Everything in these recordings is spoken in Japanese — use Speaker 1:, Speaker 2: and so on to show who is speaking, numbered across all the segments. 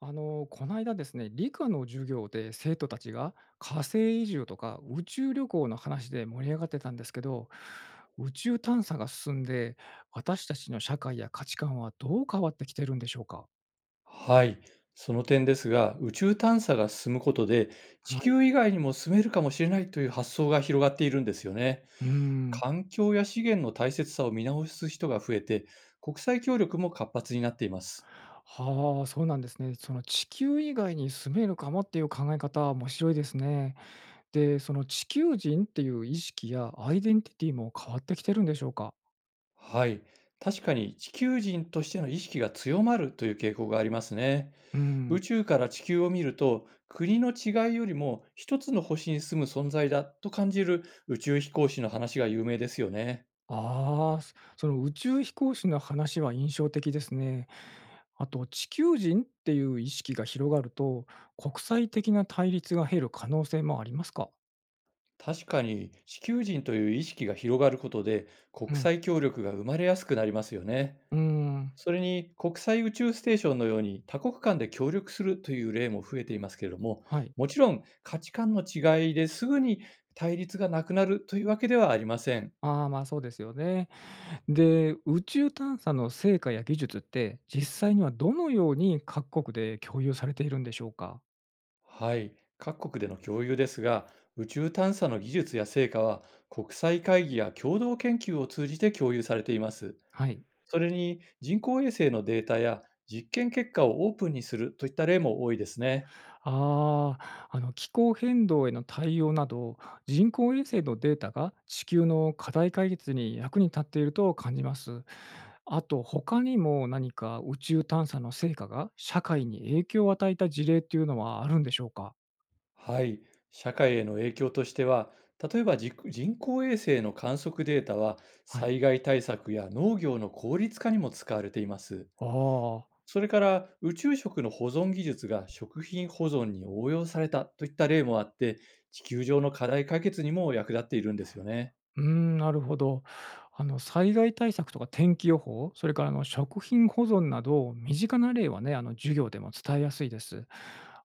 Speaker 1: こないだですね、理科の授業で生徒たちが火星移住とか宇宙旅行の話で盛り上がってたんですけど、宇宙探査が進んで、私たちの社会や価値観はどう変わってきてるんでしょうか。
Speaker 2: はい。その点ですが、宇宙探査が進むことで、
Speaker 1: は
Speaker 2: 地
Speaker 1: い。
Speaker 2: 球以外にも住めるかもしれないという発想が広がっているんですよね。
Speaker 1: うーん。
Speaker 2: 環境や資源の大切さを見直す人が増えて、国際協力も活発になっています。
Speaker 1: はあ、そうなんですね。その地球以外に住めるかもっていう考え方は面白いですね。で、その地球人っていう意識やアイデンティティも変わってきてるんでしょうか。
Speaker 2: はい。確かに地球人としての意識が強まるという傾向がありますね。
Speaker 1: うん。
Speaker 2: 宇宙から地球を見ると、国の違いよりも一つの星に住む存在だと感じる宇宙飛行士の話が有名ですよね。
Speaker 1: ああ、その宇宙飛行士の話は印象的ですね。あと、地球人っていう意識が広がると、国際的な対立が減る可能性もありますか？
Speaker 2: 確かに地球人という意識が広がることで
Speaker 1: う
Speaker 2: 国
Speaker 1: ん。
Speaker 2: 際協力が生まれやすくなりますよね。
Speaker 1: うーん、
Speaker 2: それに国際宇宙ステーションのように多国間で協力するという例も増えていますけれども、
Speaker 1: はい。
Speaker 2: もちろん価値観の違いですぐに対立がなくなるというわけではありません。
Speaker 1: ああ、まあ、そうですよね。で、宇宙探査の成果や技術って、実際にはどのように各国で共有されているんでしょうか？
Speaker 2: はい。各国での共有ですが、宇宙探査の技術や成果は国際会議や共同研究を通じて共有されています。
Speaker 1: はい。
Speaker 2: それに人工衛星のデータや実験結果をオープンにするといった例も多いですね。
Speaker 1: ああ、気候変動への対応など、人工衛星のデータが地球の課題解決に役に立っていると感じます。あと、他にも何か宇宙探査の成果が社会に影響を与えた事例っていうのはあるんでしょうか？
Speaker 2: はい。社会への影響としては、例えば人工衛星の観測データは
Speaker 1: はい。
Speaker 2: 災害対策や農業の効率化にも使われています。
Speaker 1: ああ。
Speaker 2: それから宇宙食の保存技術が食品保存に応用されたといった例もあって、地球上の課題解決にも役立っているんですよね。
Speaker 1: うーん、なるほど。災害対策とか天気予報、それから食品保存など、身近な例はね、授業でも伝えやすいです。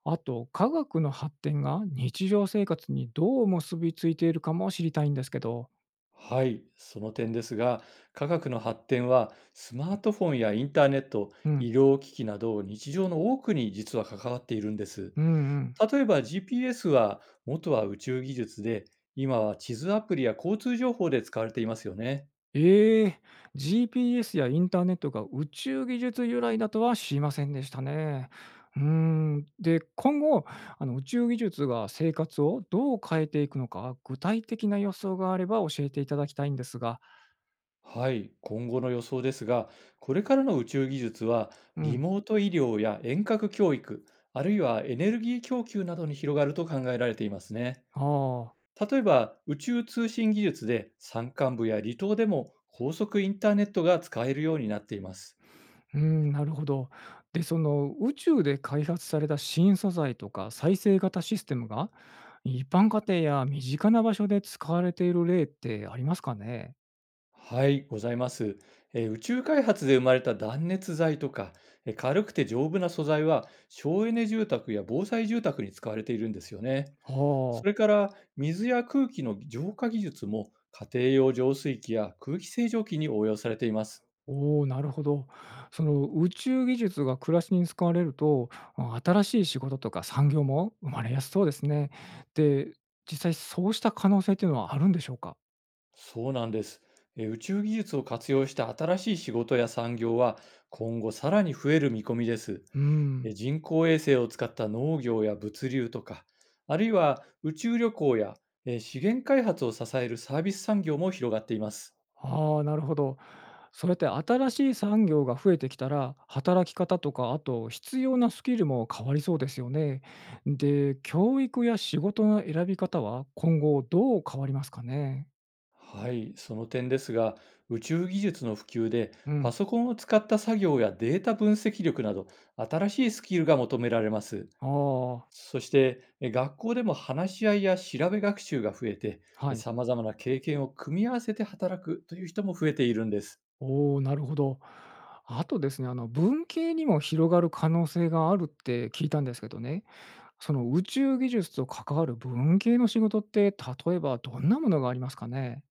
Speaker 1: あと、科学の発展が日常生活にどう結びついているかも知りたいんですけど。
Speaker 2: はい、その点ですが、科学の発展はスマートフォンやインターネット、
Speaker 1: うん、
Speaker 2: 医療機器など日常の多くに実は関わっているんです。
Speaker 1: うんうん。
Speaker 2: 例えば GPS は元は宇宙技術で、今は地図アプリや交通情報で使われていますよね。
Speaker 1: ええ、GPS やインターネットが宇宙技術由来だとは知りませんでしたね。うーん、で、今後、宇宙技術が生活をどう変えていくのか、具体的な予想があれば教えていただきたいんですが。
Speaker 2: はい、今後の予想ですが、これからの宇宙技術は
Speaker 1: う
Speaker 2: リ
Speaker 1: ん。
Speaker 2: モート医療や遠隔教育、あるいはエネルギー供給などに広がると考えられていますね。
Speaker 1: ああ、
Speaker 2: 例えば宇宙通信技術で山間部や離島でも高速インターネットが使えるようになっています。
Speaker 1: うん、なるほど。で、その宇宙で開発された新素材とか再生型システムが、一般家庭や身近な場所で使われている例ってありますかね？
Speaker 2: はい、ございます。宇宙開発で生まれた断熱材とか、軽くて丈夫な素材は省エネ住宅や防災住宅に使われているんですよね。
Speaker 1: は
Speaker 2: そ
Speaker 1: あ。
Speaker 2: れから水や空気の浄化技術も家庭用浄水器や空気清浄機に応用されています。
Speaker 1: おお、なるほど。その宇宙技術が暮らしに使われると、新しい仕事とか産業も生まれやすそうですね。で、実際そうした可能性っていうのはあるんでしょうか？
Speaker 2: そうなんです。宇宙技術を活用した新しい仕事や産業は今後さらに増える見込みです。
Speaker 1: うーん。
Speaker 2: 人工衛星を使った農業や物流とか、あるいは宇宙旅行や資源開発を支えるサービス産業も広がっています。
Speaker 1: ああ、なるほど。それって新しい産業が増えてきたら、働き方とか、あと必要なスキルも変わりそうですよね。で、教育や仕事の選び方は今後どう変わりますかね？
Speaker 2: はい、その点ですが、宇宙技術の普及で
Speaker 1: う
Speaker 2: パ
Speaker 1: ん。
Speaker 2: ソコンを使った作業やデータ分析力など新しいスキルが求められます。
Speaker 1: ああ、
Speaker 2: そして、学校でも話し合いや調べ学習が増えて、
Speaker 1: はい。
Speaker 2: さまざまな経験を組み合わせて働くという人も増えているんです。
Speaker 1: おお、なるほど。あとですね、文系にも広がる可能性があるって聞いたんですけどね、その宇宙技術と関わる文系の仕事って、例えばどんなものがありますかね？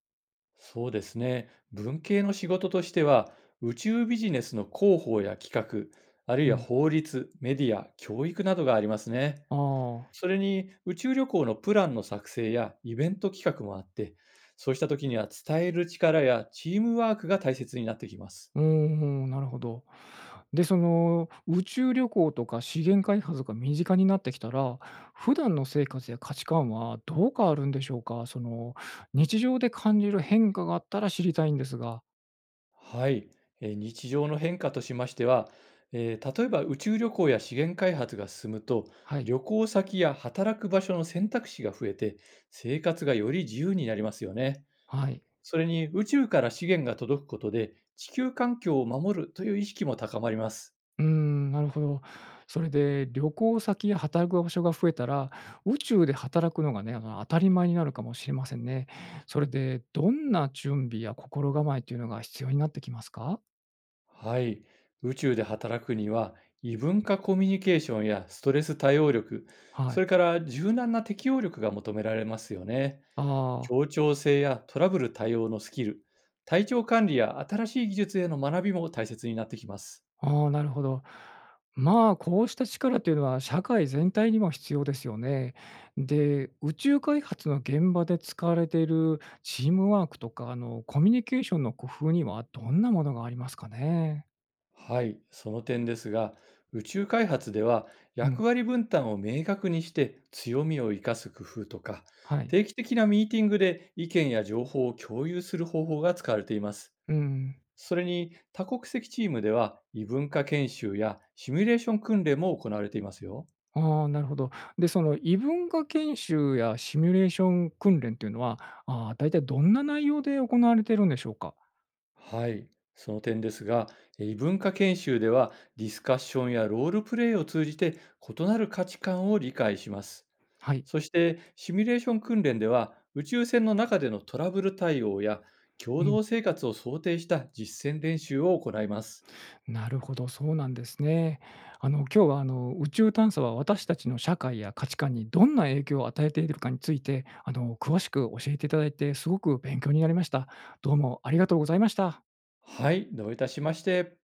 Speaker 2: そうですね。文系の仕事としては、宇宙ビジネスの広報や企画、ある
Speaker 1: う
Speaker 2: いは
Speaker 1: ん。
Speaker 2: 法律、メディア、教育などがありますね。
Speaker 1: ああ、
Speaker 2: それに、宇宙旅行のプランの作成やイベント企画もあって、そうした時には伝える力やチームワークが大切になってきます。
Speaker 1: うんうん、なるほど。で、その宇宙旅行とか資源開発が身近になってきたら、普段の生活や価値観はどう変わるんでしょうか？その日常で感じる変化があったら知りたいんですが。
Speaker 2: はい、日常の変化としましては、例えば宇宙旅行や資源開発が進むと、
Speaker 1: はい、
Speaker 2: 旅行先や働く場所の選択肢が増えて、生活がより自由になりますよね。
Speaker 1: はい。
Speaker 2: それに宇宙から資源が届くことで、地球環境を守るという意識も高まります。
Speaker 1: うーん、なるほど。それで、旅行先や働く場所が増えたら、宇宙で働くのがね、当たり前になるかもしれませんね。それで、どんな準備や心構えというのが必要になってきますか？
Speaker 2: はい、宇宙で働くには、異文化コミュニケーションやストレス対応力、
Speaker 1: は
Speaker 2: そ
Speaker 1: い。
Speaker 2: れから柔軟な適応力が求められますよね。
Speaker 1: あ
Speaker 2: 協調性やトラブル対応のスキル、体調管理や新しい技術への学びも大切になってきます。
Speaker 1: あ、ああ、なるほど。まあ、こうした力というのは社会全体にも必要ですよね。で、宇宙開発の現場で使われているチームワークとか、コミュニケーションの工夫にはどんなものがありますかね？
Speaker 2: はい、その点ですが、宇宙開発では
Speaker 1: うん、
Speaker 2: 役割分担を明確にして強みを生かす工夫とか、
Speaker 1: はい。
Speaker 2: 定期的なミーティングで意見や情報を共有する方法が使われています。
Speaker 1: うん。
Speaker 2: それに多国籍チームでは異文化研修やシミュレーション訓練も行われていますよ。
Speaker 1: ああ、なるほど。で、その異文化研修やシミュレーション訓練というのは、大体どんな内容で行われているんでしょうか？
Speaker 2: はい、その点ですが、異文化研修ではディスカッションやロールプレイを通じて異なる価値観を理解します。
Speaker 1: はい。
Speaker 2: そしてシミュレーション訓練では宇宙船の中でのトラブル対応や共
Speaker 1: うん、
Speaker 2: 同生活を想定した実践練習を行います。
Speaker 1: なるほど、そうなんですね。今日は、宇宙探査は私たちの社会や価値観にどんな影響を与えているかについて、詳しく教えていただいて、すごく勉強になりました。どうもありがとうございました。
Speaker 2: はい、どういたしまして。